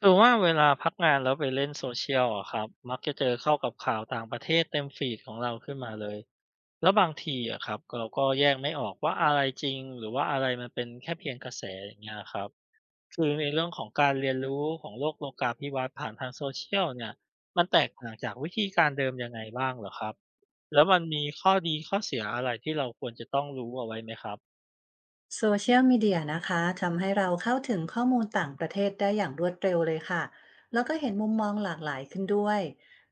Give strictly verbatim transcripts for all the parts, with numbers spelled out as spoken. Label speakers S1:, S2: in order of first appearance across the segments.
S1: คือว่าเวลาพักงานแล้วไปเล่นโซเชียลอะครับมักจะเจอเข้ากับข่าวต่างประเทศเต็มฟีดของเราขึ้นมาเลยแล้วบางทีอะครับเราก็แยกไม่ออกว่าอะไรจริงหรือว่าอะไรมันเป็นแค่เพียงกระแสอย่างเงี้ยครับคือในเรื่องของการเรียนรู้ของโลกโลกาภิวัตน์ผ่านทางโซเชียลเนี่ยมันแตกต่างจากวิธีการเดิมยังไงบ้างเหรอครับแล้วมันมีข้อดีข้อเสียอะไรที่เราควรจะต้องรู้เอาไว้ไหมครับ
S2: โซเชียลมีเดียนะคะทำให้เราเข้าถึงข้อมูลต่างประเทศได้อย่างรวดเร็วเลยค่ะแล้วก็เห็นมุมมองหลากหลายขึ้นด้วย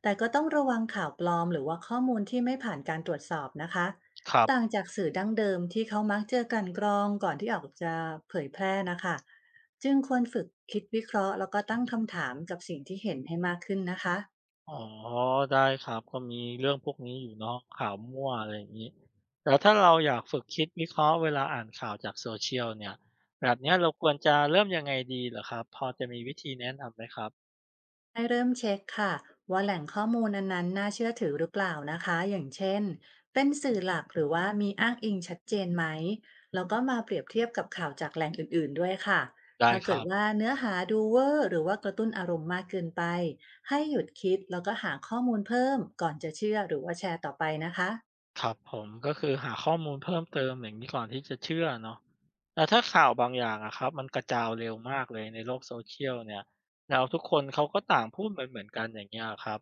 S2: แต่ก็ต้องระวังข่าวปลอมหรือว่าข้อมูลที่ไม่ผ่านการตรวจสอบนะคะ
S1: ครับ
S2: ต่างจากสื่อดั้งเดิมที่เขามักเจอกลันกรองก่อนที่ออกจะเผยแพร่นะคะจึงควรฝึกคิดวิเคราะห์แล้วก็ตั้งคำถามกับสิ่งที่เห็นให้มากขึ้นนะคะ
S1: อ๋อได้ครับก็มีเรื่องพวกนี้อยู่เนาะข่าวมั่วอะไรอย่างงี้แล้วถ้าเราอยากฝึกคิดวิเคราะห์เวลาอ่านข่าวจาก Social เนี่ยแบบเนี้ยเราควรจะเริ่มยังไงดีเหรอครับพอจะมีวิธีแนะนำไหมครับ
S2: ให้เริ่มเช็คค่ะว่าแหล่งข้อมูลนั้นๆน่าเชื่อถือหรือเปล่านะคะอย่างเช่นเป็นสื่อหลักหรือว่ามีอ้างอิงชัดเจนไหมแล้วก็มาเปรียบเทียบกับข่าวจากแหล่งอื่นๆด้วยค่ะ
S1: ได้
S2: ถ้า
S1: ค
S2: เกิ
S1: รั
S2: ด
S1: บ
S2: ว่าเนื้อหาดูเวอร์หรือว่ากระตุ้นอารมณ์มากเกินไปให้หยุดคิดแล้วก็หาข้อมูลเพิ่มก่อนจะเชื่อหรือว่าแชร์ต่อไปนะคะ
S1: ครับผมก็คือหาข้อมูลเพิ่มเติมอย่างนี้ก่อนที่จะเชื่อเนาะแต่ถ้าข่าวบางอย่างอะครับมันกระจายเร็วมากเลยในโลกโซเชียลเนี่ยแล้วทุกคนเขาก็ต่างพูดเหมือนเหมือนกันอย่างเงี้ยครับ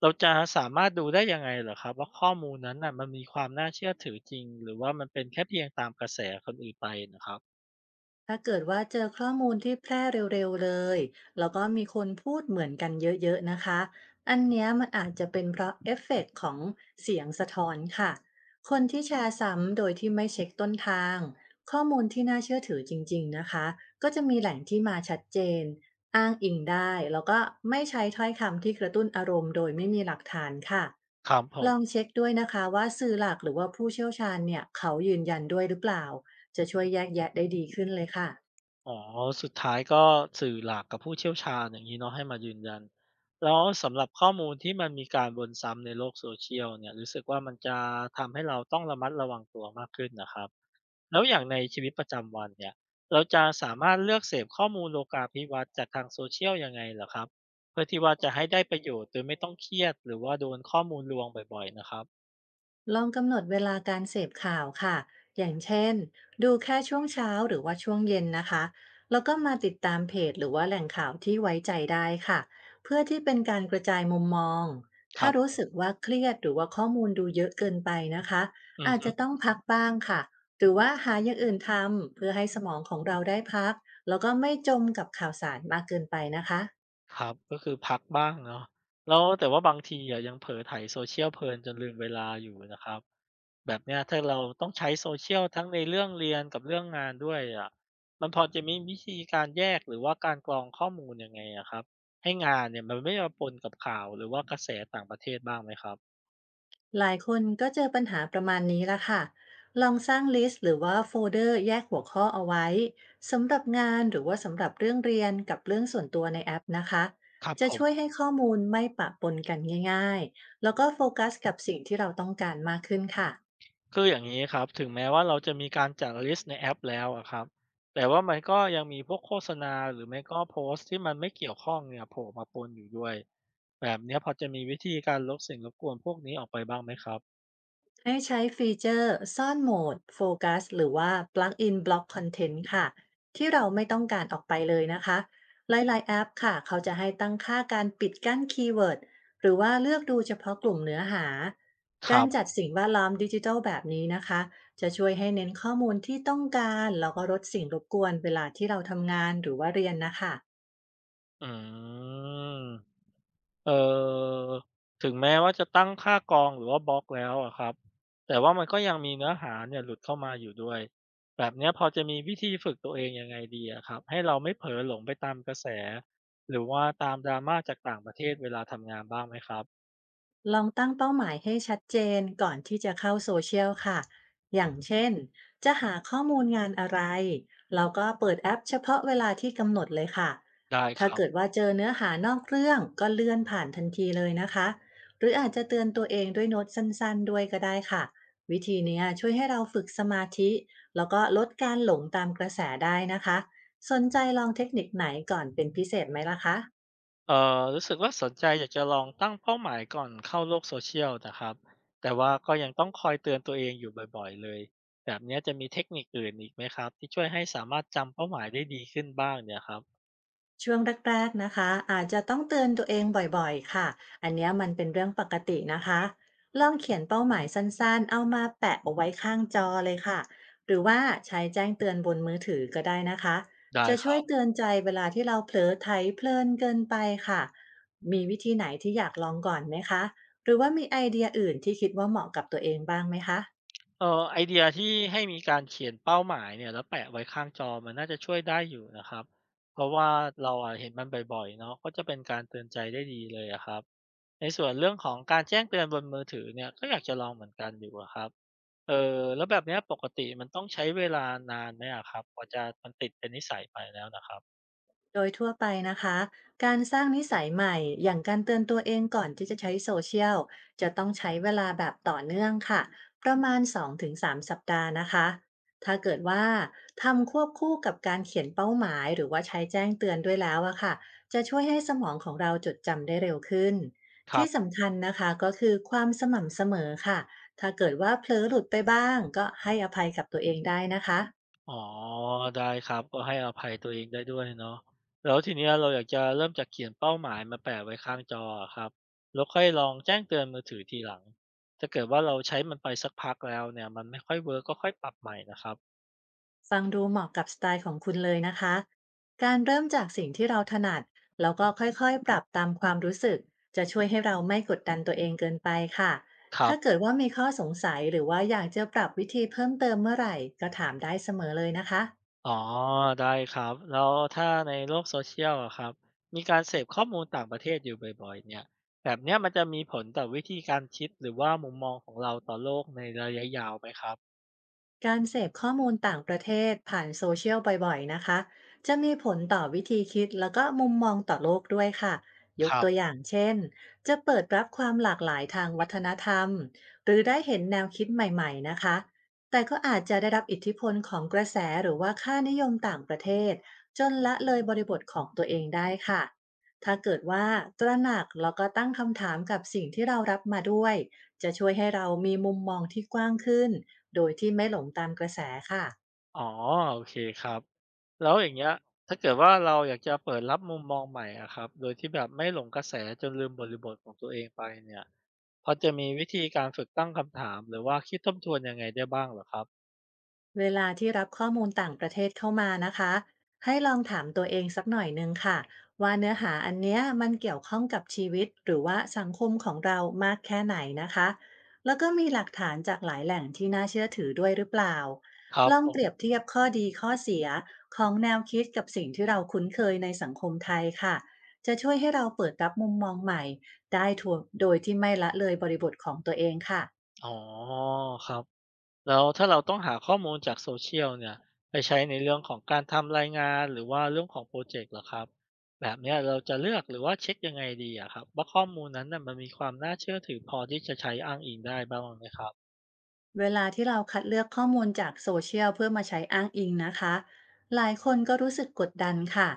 S1: เราจะสามารถดูได้ยังไงเหรอครับว่าข้อมูลนั้นน่ะมันมีความน่าเชื่อถือจริงหรือว่ามันเป็นแค่เพียงตามกระแสคนอื่นไปนะครับ
S2: ถ้าเกิดว่าเจอข้อมูลที่แพร่เร็วๆเลยแล้วก็มีคนพูดเหมือนกันเยอะๆนะคะอันเนี้ยมันอาจจะเป็นเพราะเอฟเฟกต์ของเสียงสะท้อนค่ะคนที่แชร์ซ้ำโดยที่ไม่เช็คต้นทางข้อมูลที่น่าเชื่อถือจริงๆนะคะก็จะมีแหล่งที่มาชัดเจนอ้างอิงได้แล้วก็ไม่ใช้ถ้อยคำที่กระตุ้นอารมณ์โดยไม่มีหลักฐานค่ะ
S1: ครับผ
S2: ล
S1: ม
S2: องเช็คด้วยนะคะว่าสื่อหลักหรือว่าผู้เชี่ยวชาญเนี่ยเขายืนยันด้วยหรือเปล่า
S1: อ๋อสุดท้ายก็สื่อหลักกับผู้เชี่ยวชาญอย่างนี้เนาะให้มายืนยันแล้วสำหรับข้อมูลที่มันมีการวนซ้ำในโลกโซเชียลเนี่ยรู้สึกว่ามันจะทำให้เราต้องระมัดระวังตัวมากขึ้นนะครับแล้วอย่างในชีวิตประจำวันเนี่ยเราจะสามารถเลือกเสพข้อมูลโลกาภิวัตน์จากทาง social ยลยังไงเหรอครับเพื่อที่ว่าจะให้ได้ประโยชน์โดยไม่ต้องเครียดหรือว่าโดนข้อมูลลวงบ่อยๆนะครับ
S2: ลองกำหนดเวลาการเสพข่าวค่ะ อย่างเช่นดูแค่ช่วงเช้าหรือว่าช่วงเย็นนะคะ แล้วก็มาติดตามเพจหรือว่าแหล่งข่าวที่ไว้ใจได้ค่ะ เพื่อที่เป็นการกระจายมุมมอง
S1: ครั
S2: ถ้า
S1: บผ
S2: รู้สึก
S1: ม
S2: ว่าเครียดหรือว่าข้อมูลดูเยอะเกินไปนะคะ
S1: อื
S2: อาจ
S1: อ
S2: จะต้องพักบ้างค่ะหรือว่าหาอย่างอื่นทำเพื่อให้สมองของเราได้พักแล้วก็ไม่จมกับข่าวสารมากเกินไปนะคะ
S1: ครับก็คือพักบ้างเนาะแล้วแต่ว่าบางทีอะยังเผลอไถ social เพลินจนลืมเวลาอยู่นะครับแบบเนี้ยถ้าเราต้องใช้ social ทั้งในเรื่องเรียนกับเรื่องงานด้วยอะมันพอจะมีวิธีการแยกหรือว่าการกรองข้อมูลยังไงอะครับให้งานเนี่ยมันไม่มาปนกับข่าวหรือว่ากระแสต่างประเทศบ้างไหมครับ
S2: หลายคนก็เจอปัญหาประมาณนี้ละค่ะ ลองสร้างลิสต์หรือว่าโฟลเดอร์แยกหัวข้อเอาไว้สำหรับงานหรือว่าสำหรับเรื่องเรียนกับเรื่องส่วนตัวในแอปนะคะ
S1: ครับ
S2: จะ
S1: ผม
S2: ช่วยให้ข้อมูลไม่ปะปนกันง่ายๆ แล้วก็โฟกัสกับสิ่งที่เราต้องการมากขึ้นค่ะ
S1: คืออย่างนี้ครับถึงแม้ว่าเราจะมีการจัดลิสต์ในแอปแล้วอะครับแต่ว่ามันก็ยังมีพวกโฆษณาหรือไม่ก็โพสต์ที่มันไม่เกี่ยวข้องเนี่ยโผล่มาปนอยู่ด้วยแบบเนี้ยพอจะมีวิธีการลบสิ่งรบกวนพวกนี้ออกไปบ้างไหมครับ
S2: ให้ใช้ฟีเจอร์ซ่อนโหมดโฟกัสหรือว่า plug in block content ค่ะที่เราไม่ต้องการออกไปเลยนะคะหลายๆแอปค่ะเขาจะให้ตั้งค่าการปิดกั้นคีย์เวิร์ดหรือว่าเลือกดูเฉพาะกลุ่มเนื้อหา
S1: ค
S2: กา
S1: รั
S2: ร
S1: บ
S2: จัดสิ่งแวดล้อมดิจิทัลแบบนี้นะคะจะช่วยให้เน้นข้อมูลที่ต้องการแล้วก็ลดสิ่งรบกวนเวลาที่เราทำงานหรือว่าเรียนนะคะ
S1: อืม เอ่อถึงแม้ว่าจะตั้งค่ากรองหรือว่าบล็อกแล้วอะครับแต่ว่ามันก็ยังมีเนื้อหาเนี่ยหลุดเข้ามาอยู่ด้วยแบบเนี้ยพอจะมีวิธีฝึกตัวเองยังไงดีอะครับให้เราไม่เผลอหลงไปตามกระแสหรือว่าตาม drama จากต่างประเทศเวลาทำงานบ้างไหมครับ
S2: ลองตั้งเป้าหมายให้ชัดเจนก่อนที่จะเข้าโซเชียลค่ะ อย่างเช่น จะหาข้อมูลงานอะไร เราก็เปิดแอปเฉพาะเวลาที่กำหนดเลยค่ะ
S1: ได้ค
S2: ถ้า
S1: รับ
S2: เกิดว่าเจอเนื้อหานอกเรื่องก็เลื่อนผ่านทันทีเลยนะคะ หรืออาจจะเตือนตัวเองด้วยโน้ตสั้นๆด้วยก็ได้ค่ะ วิธีเนี้ยช่วยให้เราฝึกสมาธิแล้วก็ลดการหลงตามกระแสได้นะคะ สนใจลองเทคนิคไหนก่อนเป็นพิเศษไหมล่ะคะ
S1: เอ่อรู้สึกว่าสนใจอยากจะลองตั้งเป้าหมายก่อนเข้าโลก social นะครับแต่ว่าก็ยังต้องคอยเตือนตัวเองอยู่บ่อยๆเลยแบบเนี้ยจะมีเทคนิคอื่นอีกไหมครับที่ช่วยให้สามารถจำเป้าหมายได้ดีขึ้นบ้างเนี่ยครับ
S2: ช่วงแรกๆ นะคะอาจจะต้องเตือนตัวเองบ่อยๆค่ะ อันเนี้ยมันเป็นเรื่องปกตินะคะ ลองเขียนเป้าหมายสั้นๆเอามาแปะเอาไว้ข้างจอเลยค่ะ หรือว่าใช้แจ้งเตือนบนมือถือก็ได้นะคะ
S1: ได้
S2: จะ
S1: ค
S2: ช่ว
S1: รั
S2: ย
S1: บ
S2: เตือนใจเวลาที่เราเผลอไถเพลินเกินไปค่ะมีวิธีไหนที่อยากลองก่อนไหมคะหรือว่ามีไอเดียอื่นที่คิดว่าเหมาะกับตัวเองบ้างไหมคะ
S1: เอ่อไอเดียที่ให้มีการเขียนเป้าหมายเนี่ยแล้วแปะไว้ข้างจอมันน่าจะช่วยได้อยู่นะครับเพราะว่าเราอะเห็นมันบ่อยๆเนาะก็จะเป็นการเตือนใจได้ดีเลยอะครับในส่วนเรื่องของการแจ้งเตือนบนมือถือเนี่ยก็อยากจะลองเหมือนกันอยู่อะครับเออแล้วแบบเนี้ยปกติมันต้องใช้เวลานานไหมอะครับกว่าจะมันติดเป็นนิสัยไปแล้วน่ะครั
S2: โดยทั่วไปนะคะการสร้างนิสัยใหม่อย่างการเตือนตัวเองก่อนที่จะใช้โซเชียลจะต้องใช้เวลาแบบต่อเนื่องค่ะประมาณสองถึงสามสามสัปดาห์นะคะถ้าเกิดว่าทำควบคู่กับการเขียนเป้าหมายหรือว่าใช้แจ้งเตือนด้วยแล้วอะค่ะจะช่วยให้สมองของเราจดจำได้เร็วขึ้นที่
S1: บ
S2: สำคัญนะคะก็คือความสม่ำเสมอค่ะถ้าเกิดว่าเผลอหลุดไปบ้างก็ให้อภัยกับตัวเองได้นะคะ
S1: อ๋อได้ครับก็ให้อภัยตัวเองได้ด้วยเนาะแล้วทีเนี้ยเราอยากจะเริ่มจากเขียนเป้าหมายมาแปะไว้ข้างจออะครับแล้วค่อยลองแจ้งเตือนมือถือทีหลังถ้าเกิดว่าเราใช้มันไปสักพักแล้วเนี่ยมันไม่ค่อยเวิร์กก็ค่อยปรับใหม่นะครับ
S2: ฟังดูเหมาะกับสไตล์ของคุณเลยนะคะ การเริ่มจากสิ่งที่เราถนัดแล้วก็ค่อยๆปรับตามความรู้สึกจะช่วยให้เราไม่กดดันตัวเองเกินไปค่ะ
S1: ครั
S2: ถ้าเกิ
S1: บ
S2: ดว่ามีข้อสงสัยหรือว่าอยากจะปรับวิธีเพิ่มเติมเมื่อไหร่ก็ถามได้เสมอเลยนะคะ
S1: อ๋อได้ครับแล้วถ้าในโลกโซเชียลอะครับมีการเสพข้อมูลต่างประเทศอยู่บ่อยๆเนี่ยแบบเนี้ยมันจะมีผลต่อวิธีการคิดหรือว่ามุมมองของเราต่อโลกในระยะยาวไหมครับ
S2: การเสพข้อมูลต่างประเทศผ่านโซเชียลบ่อยๆนะคะ จะมีผลต่อวิธีคิดแล้วก็มุมมองต่อโลกด้วยค่ะ ย
S1: ค
S2: ก
S1: รั
S2: ตัวอ
S1: บ
S2: ย่างเช่น จะเปิดรับความหลากหลายทางวัฒนธรรม หรือได้เห็นแนวคิดใหม่ๆนะคะ แต่ก็อาจจะได้รับอิทธิพลของกระแสหรือว่าค่านิยมต่างประเทศจนละเลยบริบทของตัวเองได้ค่ะ ถ้าเกิดว่าตระหนักแล้วก็ตั้งคำถามกับสิ่งที่เรารับมาด้วยจะช่วยให้เรามีมุมมองที่กว้างขึ้น โดยที่ไม่หลงตามกระแสค่ะ
S1: อ๋อโอเคครับ แล้วอย่างเงี้ยถ้าเกิดว่าเราอยากจะเปิดรับมุมมองใหม่อะครับโดยที่แบบไม่หลงกระแสจนลืมบริบทของตัวเองไปเนี่ยพอจะมีวิธีการฝึกตั้งคำถามหรือว่าคิดทบทวนยังไงได้บ้างเหรอครับ
S2: เวลาที่รับข้อมูลต่างประเทศเข้ามานะคะ ให้ลองถามตัวเองสักหน่อยนึงค่ะว่าเนื้อหาอันเนี้ยมันเกี่ยวข้องกับชีวิตหรือว่าสังคมของเรามากแค่ไหนนะคะ แล้วก็มีหลักฐานจากหลายแหล่งที่น่าเชื่อถือด้วยหรือเปล่า
S1: ครับ
S2: ลอง
S1: ผ
S2: เปรีย
S1: ม
S2: บเทียบข้อดีข้อเสียของแนวคิดกับสิ่งที่เราคุ้นเคยในสังคมไทยค่ะจะช่วยให้เราเปิดรับมุมมองใหม่ได้ทั่วโดยที่ไม่ละเลยบริบทของตัวเองค่ะ
S1: อ๋อครับแล้วถ้าเราต้องหาข้อมูลจาก Social เชียลเนี่ยไปใช้ในเรื่องของการทำรายงานหรือว่าเรื่องของพรอเจกต์เหรอครับแบบเนี้ยเราจะเลือกหรือว่าเช็กยังไงดีอะครับว่าข้อมูลนั้นน่ะมันมีความน่าเชื่อถือพอที่จะใช้อ้างอิงได้บ้างไหมครับ
S2: เวลาที่เราคัดเลือกข้อมูลจากโซเชียลเพื่อมาใช้อ้างอิงนะคะหลายคนก็รู้สึกกดดันค่ะ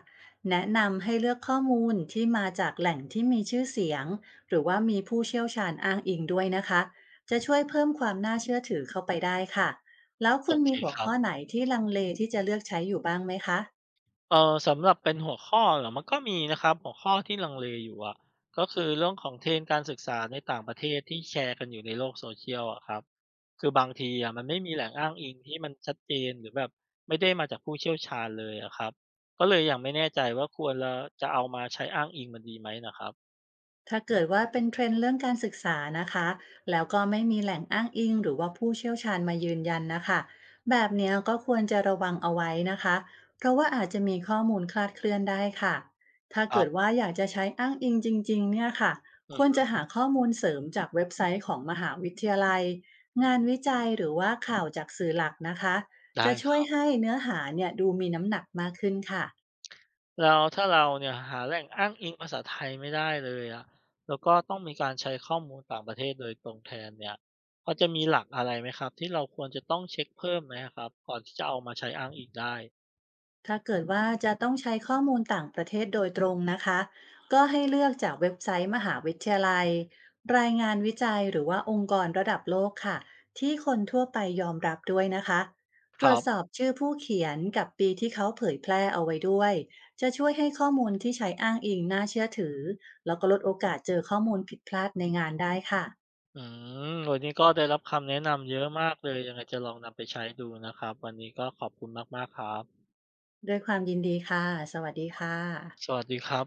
S2: แนะนำให้เลือกข้อมูลที่มาจากแหล่งที่มีชื่อเสียงหรือว่ามีผู้เชี่ยวชาญอ้างอิงด้วยนะคะจะช่วยเพิ่มความน่าเชื่อถือเข้าไปได้ค่ะแล้ว
S1: โอ
S2: คุณ
S1: เค
S2: มีหัว
S1: ครับ
S2: ข้อไหนที่ลังเลที่จะเลือกใช้อยู่บ้างไหมคะ
S1: เอ่อสำหรับเป็นหัวข้อเหรอมันก็มีนะครับหัวข้อที่ลังเลอยู่อะก็คือเรื่องของ ที อาร์ อี เอ็น การศึกษาในต่างประเทศที่แชร์กันอยู่ในโลกโซเชียลอะครับคือบางทีอะมันไม่มีแหล่งอ้างอิงที่มันชัดเจนหรือแบบไม่ได้มาจากผู้เชี่ยวชาญเลยอะครับก็เลยยังไม่แน่ใจว่าควรละจะเอามาใช้อ้างอิงมันดีไหมนะครับ
S2: ถ้าเกิดว่าเป็นเทรนด์เรื่องการศึกษานะคะแล้วก็ไม่มีแหล่งอ้างอิงหรือว่าผู้เชี่ยวชาญมายืนยันนะคะแบบเนี้ยก็ควรจะระวังเอาไว้นะคะ เพราะว่าอาจจะมีข้อมูลคลาดเคลื่อนได้ค่ะ ถ้า
S1: ครั
S2: เกิด
S1: บ
S2: ว่าอยากจะใช้อ้างอิงจริงๆเนี่ยค่ะ
S1: อื
S2: ค
S1: อ
S2: วร
S1: ฮึ
S2: จะหาข้อมูลเสริมจากเว็บไซต์ของมหาวิทยาลัยงานวิจัยหรือว่าข่าวจากสื่อหลักนะคะ
S1: ได้
S2: จะ
S1: ค
S2: ช่วย
S1: รับ
S2: ให้เนื้อหาเนี่ยดูมีน้ำหนักมากขึ้นค่ะ
S1: แล้วถ้าเราเนี่ยหาแหล่งอ้างอิงภาษาไทยไม่ได้เลยอะแล้วก็ต้องมีการใช้ข้อมูลต่างประเทศโดยตรงแทนเนี่ยพอจะมีหลักอะไรไหมครับที่เราควรจะต้องเช็คเพิ่มไหมครับก่อนที่จะเอามาใช้อ้างอิงได้
S2: ถ้าเกิดว่าจะต้องใช้ข้อมูลต่างประเทศโดยตรงนะคะก็ให้เลือกจากเว็บไซต์มหาวิทยาลัยรายงานวิจัยหรือว่าองค์กรระดับโลกค่ะที่คนทั่วไปยอมรับด้วยนะคะต
S1: ค
S2: ร
S1: รั
S2: วจ
S1: บ
S2: สอบชื่อผู้เขียนกับปีที่เขาเผยแพร่เอาไว้ด้วยจะช่วยให้ข้อมูลที่ใช้อ้างอิงน่าเชื่อถือแล้วก็ลดโอกาสเจอข้อมูลผิดพลาดในงานได้ค่ะ
S1: อืมวันนี้ก็ได้รับคำแนะนำเยอะมากเลยยังไงจะลองนำไปใช้ดูนะครับวันนี้ก็ขอบคุณมากๆครับ
S2: ด้วยความยินดีค่ะสวัสดีค่ะ
S1: สวัสดีครับ